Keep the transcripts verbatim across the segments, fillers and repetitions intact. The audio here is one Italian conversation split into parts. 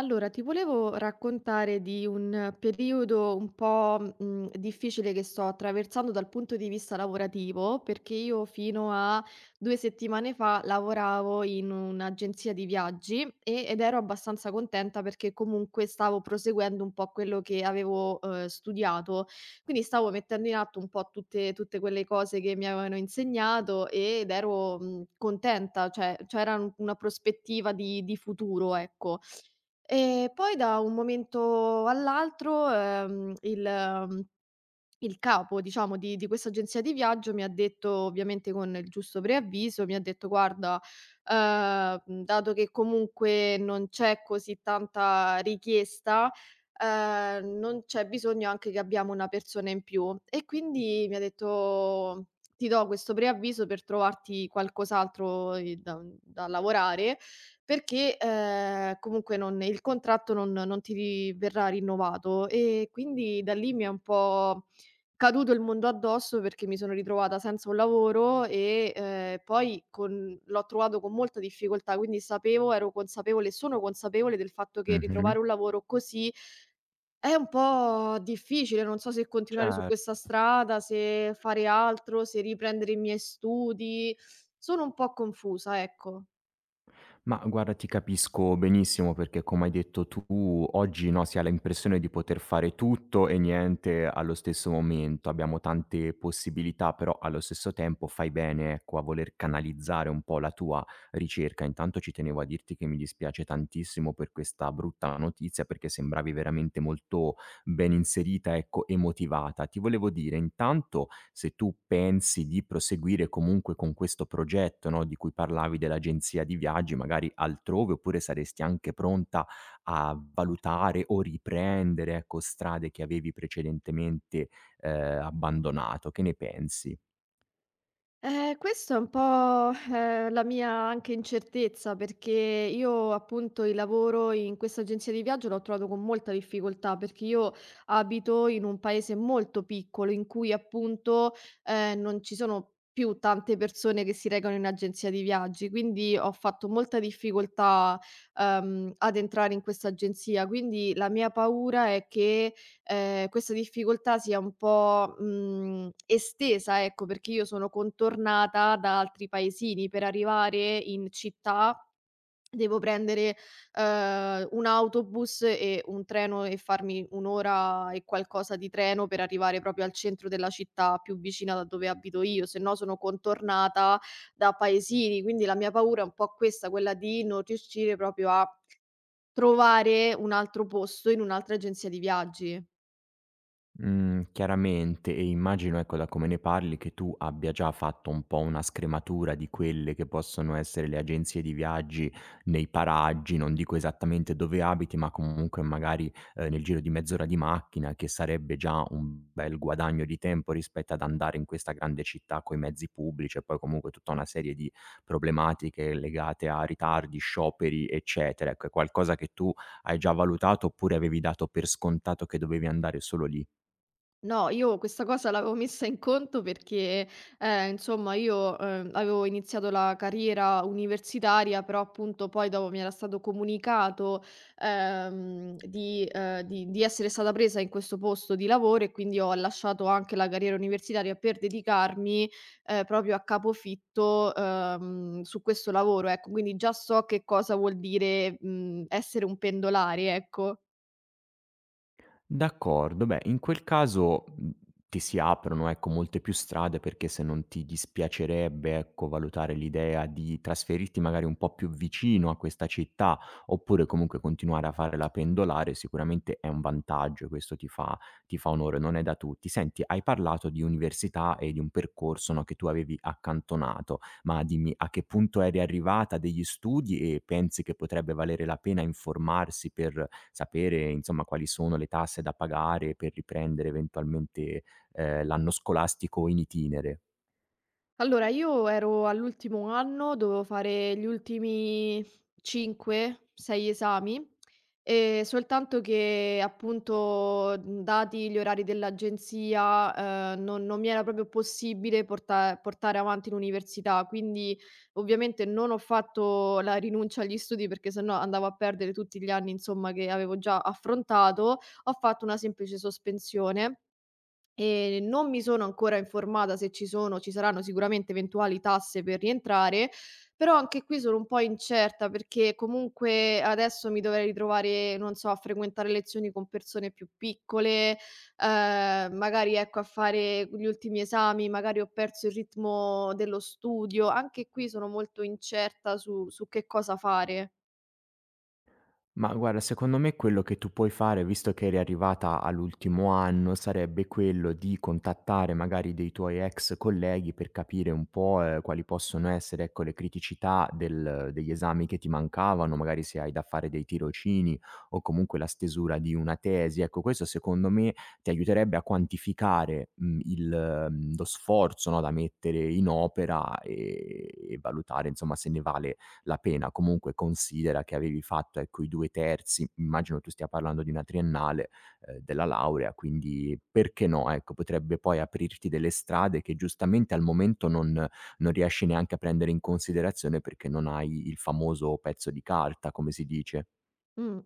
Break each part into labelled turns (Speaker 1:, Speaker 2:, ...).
Speaker 1: Allora, ti volevo raccontare di un periodo un po', mhmm, difficile che sto attraversando dal punto di vista lavorativo, perché io fino a due settimane fa lavoravo in un'agenzia di viaggi e ed ero abbastanza contenta perché comunque stavo proseguendo un po' quello che avevo, uhm, studiato. Quindi stavo mettendo in atto un po' tutte tutte quelle cose che mi avevano insegnato ed ero, mhmm, contenta, cioè c'era un una prospettiva di di futuro, ecco. E poi da un momento all'altro, ehm, il mhmm, il capo, diciamo, di di questa agenzia di viaggio mi ha detto, ovviamente con il giusto preavviso, mi ha detto: "Guarda, uhm, dato che comunque non c'è così tanta richiesta, uhm, non c'è bisogno anche che abbiamo una persona in più". E quindi mi ha detto: "Ti do questo preavviso per trovarti qualcos'altro i da da lavorare, perché, ehm, comunque non il contratto non non ti verrà rinnovato". E quindi da lì mi ha un po' caduto il mondo addosso perché mi sono ritrovata senza un lavoro e, ehm, poi con l'ho trovato con molta difficoltà, quindi sapevo ero consapevole e sono consapevole del fatto che
Speaker 2: Mh-mh.
Speaker 1: ritrovare un lavoro così è un po' difficile, non so se continuare su
Speaker 2: Cer
Speaker 1: questa strada, se fare altro, se riprendere i miei studi. Sono un po' confusa, ecco.
Speaker 2: Ma guarda, ti capisco benissimo perché, come hai detto tu, oggi, no, si ha l'impressione di poter fare tutto e niente allo stesso momento. Abbiamo tante possibilità, però allo stesso tempo fai bene, ecco, a voler canalizzare un po' la tua ricerca. Intanto ci tenevo a dirti che mi dispiace tantissimo per questa brutta notizia, perché sembravi veramente molto ben inserita, ecco, e motivata. Ti volevo dire intanto se tu pensi di proseguire comunque con questo progetto, no, di cui parlavi dell'agenzia di viaggi, magari altrove, oppure saresti anche pronta a valutare o riprendere, ecco, strade che avevi precedentemente, ehm, abbandonato. Che ne pensi?
Speaker 1: Eh, questo è un po', ehm, la mia anche incertezza, perché io appunto il lavoro in questa agenzia di viaggio l'ho trovato con molta difficoltà, perché io abito in un paese molto piccolo in cui appunto, ehm, non ci sono più tante persone che si recano in agenzia di viaggi, quindi ho fatto molta difficoltà, ehm, ad entrare in questa agenzia. Quindi la mia paura è che, ehm, questa difficoltà sia un po', mhmm, estesa, ecco, perché io sono contornata da altri paesini. Per arrivare in città devo prendere, ehm, un autobus e un treno e farmi un' ora e qualcosa di treno per arrivare proprio al centro della città più vicina da dove abito io, se no sono contornata da paesini. Quindi la mia paura è un po' questa, quella di non riuscire proprio a trovare un altro posto in un'altra agenzia di viaggi.
Speaker 2: Mhmm, chiaramente e immagino, ecco, da come ne parli, che tu abbia già fatto un po' una scrematura di quelle che possono essere le agenzie di viaggi nei paraggi, non dico esattamente dove abiti, ma comunque magari, ehm, nel giro di mezz'ora di macchina, che sarebbe già un bel guadagno di tempo rispetto ad andare in questa grande città coi mezzi pubblici e poi comunque tutta una serie di problematiche legate a ritardi, scioperi, eccetera. Ecco, è qualcosa che tu hai già valutato oppure avevi dato per scontato che dovevi andare solo lì?
Speaker 1: No, io questa cosa l'avevo messa in conto perché, ehm, insomma io, ehm, avevo iniziato la carriera universitaria, però appunto poi dopo mi era stato comunicato, ehm, di ehm, di di essere stata presa in questo posto di lavoro e quindi ho lasciato anche la carriera universitaria per dedicarmi, ehm, proprio a capofitto, ehm, su questo lavoro, ecco. Quindi già so che cosa vuol dire, mhmm, essere un pendolare, ecco.
Speaker 2: D'accordo, beh, in quel caso, mhmm, ti si aprono, ecco, molte più strade perché se non ti dispiacerebbe, ecco, valutare l'idea di trasferirti magari un po' più vicino a questa città, oppure comunque continuare a fare la pendolare, sicuramente è un vantaggio e questo ti fa ti fa onore, non è da tutti. Senti, hai parlato di università e di un percorso, no, che tu avevi accantonato, ma dimmi a che punto eri arrivata degli studi e pensi che potrebbe valere la pena informarsi per sapere, insomma, quali sono le tasse da pagare per riprendere eventualmente, ehm, l'anno scolastico in itinere.
Speaker 1: Allora, io ero all'ultimo anno, dovevo fare gli ultimi cinque, sei esami, e soltanto che appunto, mhmm, dati gli orari dell'agenzia, ehm, non non mi era proprio possibile porta portare avanti l'università, quindi ovviamente non ho fatto la rinuncia agli studi perché se no andavo a perdere tutti gli anni, insomma, che avevo già affrontato, ho fatto una semplice sospensione. Ehm, non mi sono ancora informata se ci sono ci saranno sicuramente eventuali tasse per rientrare, però anche qui sono un po' incerta perché comunque adesso mi dovrei ritrovare, non so, a frequentare lezioni con persone più piccole, ehm, magari ecco a fare gli ultimi esami, magari ho perso il ritmo dello studio. Anche qui sono molto incerta su su che cosa fare.
Speaker 2: Ma guarda, secondo me quello che tu puoi fare, visto che eri arrivata all'ultimo anno, sarebbe quello di contattare magari dei tuoi ex colleghi per capire un po', ehm, quali possono essere, ecco, le criticità del degli esami che ti mancavano, magari se hai da fare dei tirocini o comunque la stesura di una tesi. Ecco, questo secondo me ti aiuterebbe a quantificare, mhmm, il mhmm, lo sforzo, no, da mettere in opera, ehm, e valutare insomma se ne vale la pena. Comunque considera che avevi fatto, ecco, i due terzi, immagino tu stia parlando di una triennale, ehm, della laurea, quindi perché no, ecco, potrebbe poi aprirti delle strade che giustamente al momento non non riesci neanche a prendere in considerazione perché non hai il famoso pezzo di carta, come si dice.
Speaker 1: Mh.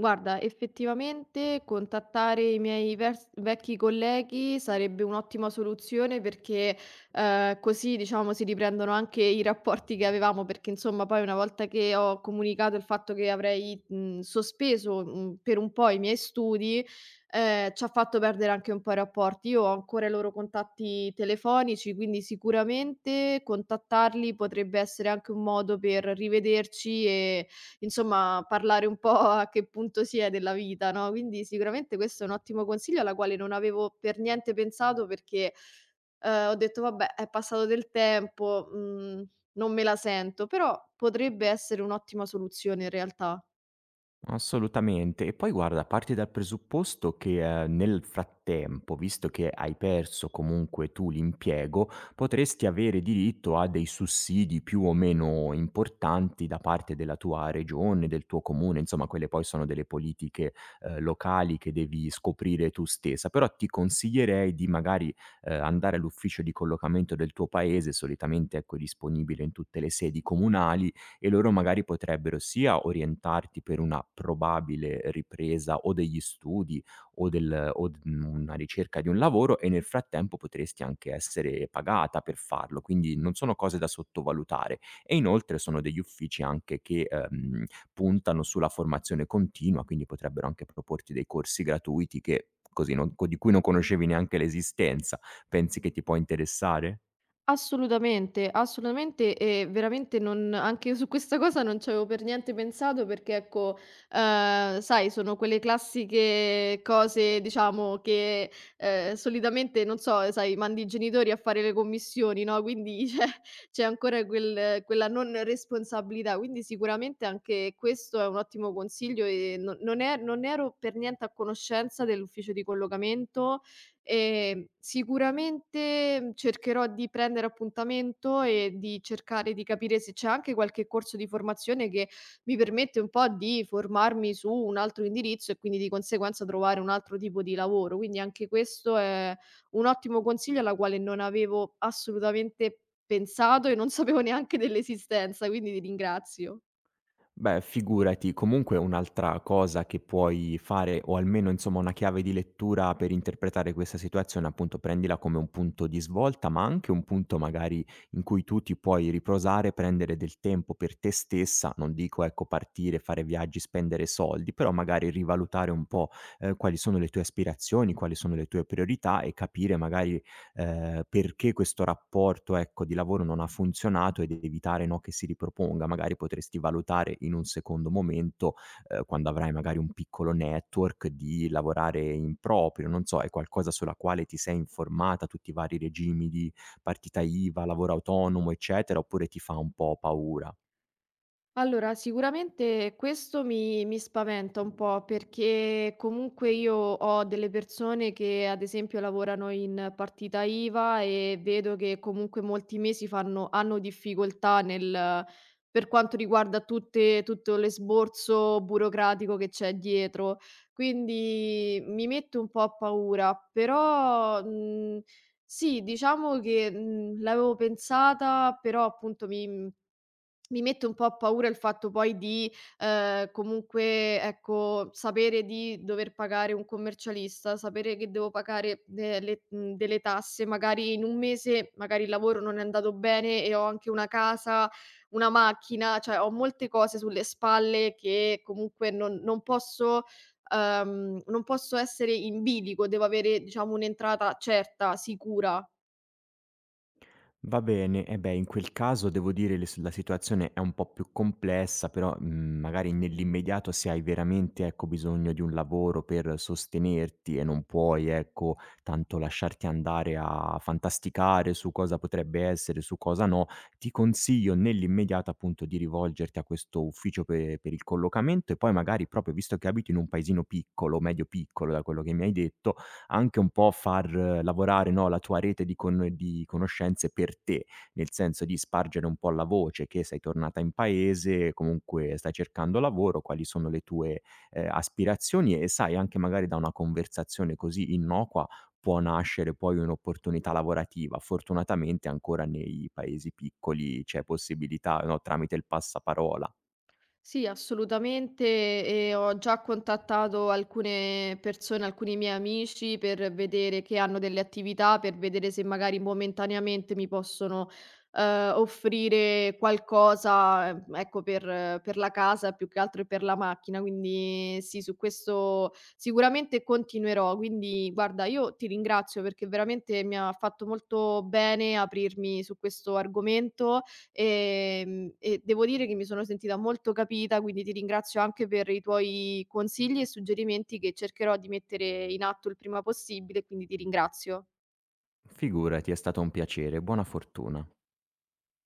Speaker 1: Guarda, effettivamente contattare i miei vers vecchi colleghi sarebbe un'ottima soluzione perché, ehm, così diciamo si riprendono anche i rapporti che avevamo, perché insomma poi una volta che ho comunicato il fatto che avrei, mhmm, sospeso, mhmm, per un po' i miei studi, ehm, ci ha fatto perdere anche un po' i rapporti. Io ho ancora i loro contatti telefonici, quindi sicuramente contattarli potrebbe essere anche un modo per rivederci e insomma, parlare un po' a che punto si è della vita, no, quindi sicuramente questo è un ottimo consiglio alla quale non avevo per niente pensato perché, ehm, ho detto: "Vabbè, è passato del tempo, mhmm, non me la sento", però potrebbe essere un'ottima soluzione in realtà.
Speaker 2: Assolutamente. E poi guarda, parti dal presupposto che, ehm, nel frattempo, visto che hai perso comunque tu l'impiego, potresti avere diritto a dei sussidi più o meno importanti da parte della tua regione, del tuo comune, insomma quelle poi sono delle politiche, ehm, locali che devi scoprire tu stessa. Però ti consiglierei di magari, ehm, andare all'ufficio di collocamento del tuo paese, solitamente ecco è disponibile in tutte le sedi comunali, e loro magari potrebbero sia orientarti per una probabile ripresa o degli studi o del o d mhmm, una ricerca di un lavoro e nel frattempo potresti anche essere pagata per farlo, quindi non sono cose da sottovalutare. E inoltre sono degli uffici anche che, ehm, puntano sulla formazione continua, quindi potrebbero anche proporti dei corsi gratuiti che così non co di cui non conoscevi neanche l'esistenza. Pensi che ti può interessare?
Speaker 1: Assolutamente, assolutamente e veramente non anche io su questa cosa non c'avevo per niente pensato perché ecco, ehm, sai sono quelle classiche cose diciamo che, ehm, solitamente non so, sai mandi i genitori a fare le commissioni, no, quindi c'è c'è ancora quel quella non responsabilità, quindi sicuramente anche questo è un ottimo consiglio e no non e non ero per niente a conoscenza dell'ufficio di collocamento. Ehm, sicuramente mhmm, cercherò di prendere appuntamento e di cercare di capire se c'è anche qualche corso di formazione che mi permette un po' di formarmi su un altro indirizzo e quindi di conseguenza trovare un altro tipo di lavoro. Quindi anche questo è un ottimo consiglio alla quale non avevo assolutamente pensato e non sapevo neanche dell'esistenza, quindi ti ringrazio.
Speaker 2: Beh, figurati, comunque un'altra cosa che puoi fare, o almeno insomma una chiave di lettura per interpretare questa situazione, appunto prendila come un punto di svolta, ma anche un punto magari in cui tu ti puoi riposare, prendere del tempo per te stessa, non dico ecco partire, fare viaggi, spendere soldi, però magari rivalutare un po' eh, quali sono le tue aspirazioni, quali sono le tue priorità e capire magari ehm, perché questo rapporto, ecco, di lavoro non ha funzionato ed evitare, no, che si riproponga. Magari potresti valutare in un secondo momento, ehm, quando avrai magari un piccolo network, di lavorare in proprio. Non so, è qualcosa sulla quale ti sei informata, tutti i vari regimi di partita IVA, lavoro autonomo, eccetera, oppure ti fa un po' paura?
Speaker 1: Allora, sicuramente questo mi, mi spaventa un po' perché comunque io ho delle persone che ad esempio lavorano in partita IVA e vedo che comunque molti mesi fanno, hanno difficoltà nel, per quanto riguarda tutte, tutto l'esborso burocratico che c'è dietro. Quindi mi mette un po' a paura, però mh, sì, diciamo che mh, l'avevo pensata, però appunto mi mi mette un po' a paura il fatto poi di, ehm, comunque, ecco, sapere di dover pagare un commercialista, sapere che devo pagare delle mhmm, delle tasse, magari in un mese, magari il lavoro non è andato bene e ho anche una casa, una macchina, cioè ho molte cose sulle spalle che comunque non non posso ehm, non posso essere in bilico, devo avere diciamo un'entrata certa, sicura.
Speaker 2: Va bene, eh beh, in quel caso devo dire le s la situazione è un po' più complessa, però, mhmm, magari nell'immediato se hai veramente, ecco, bisogno di un lavoro per sostenerti e non puoi, ecco, tanto lasciarti andare a fantasticare su cosa potrebbe essere, su cosa no, ti consiglio nell'immediato, appunto, di rivolgerti a questo ufficio pe per il collocamento e poi magari proprio visto che abiti in un paesino piccolo, medio piccolo da quello che mi hai detto, anche un po' far eh, lavorare, no, la tua rete di con di conoscenze per te, nel senso di spargere un po' la voce che sei tornata in paese, comunque stai cercando lavoro, quali sono le tue, ehm, aspirazioni e sai anche magari da una conversazione così innocua può nascere poi un'opportunità lavorativa. Fortunatamente ancora nei paesi piccoli c'è possibilità, no, tramite il passaparola.
Speaker 1: Sì, assolutamente, e ho già contattato alcune persone, alcuni miei amici per vedere che hanno delle attività, per vedere se magari momentaneamente mi possono, ehm, offrire qualcosa, ehm, ecco, per eh, per la casa più che altro e per la macchina. Quindi sì, su questo sicuramente continuerò. Quindi guarda, io ti ringrazio perché veramente mi ha fatto molto bene aprirmi su questo argomento. Ehm, e devo dire che mi sono sentita molto capita, quindi ti ringrazio anche per i tuoi consigli e suggerimenti che cercherò di mettere in atto il prima possibile, quindi ti ringrazio.
Speaker 2: Figurati, è stato un piacere, buona fortuna.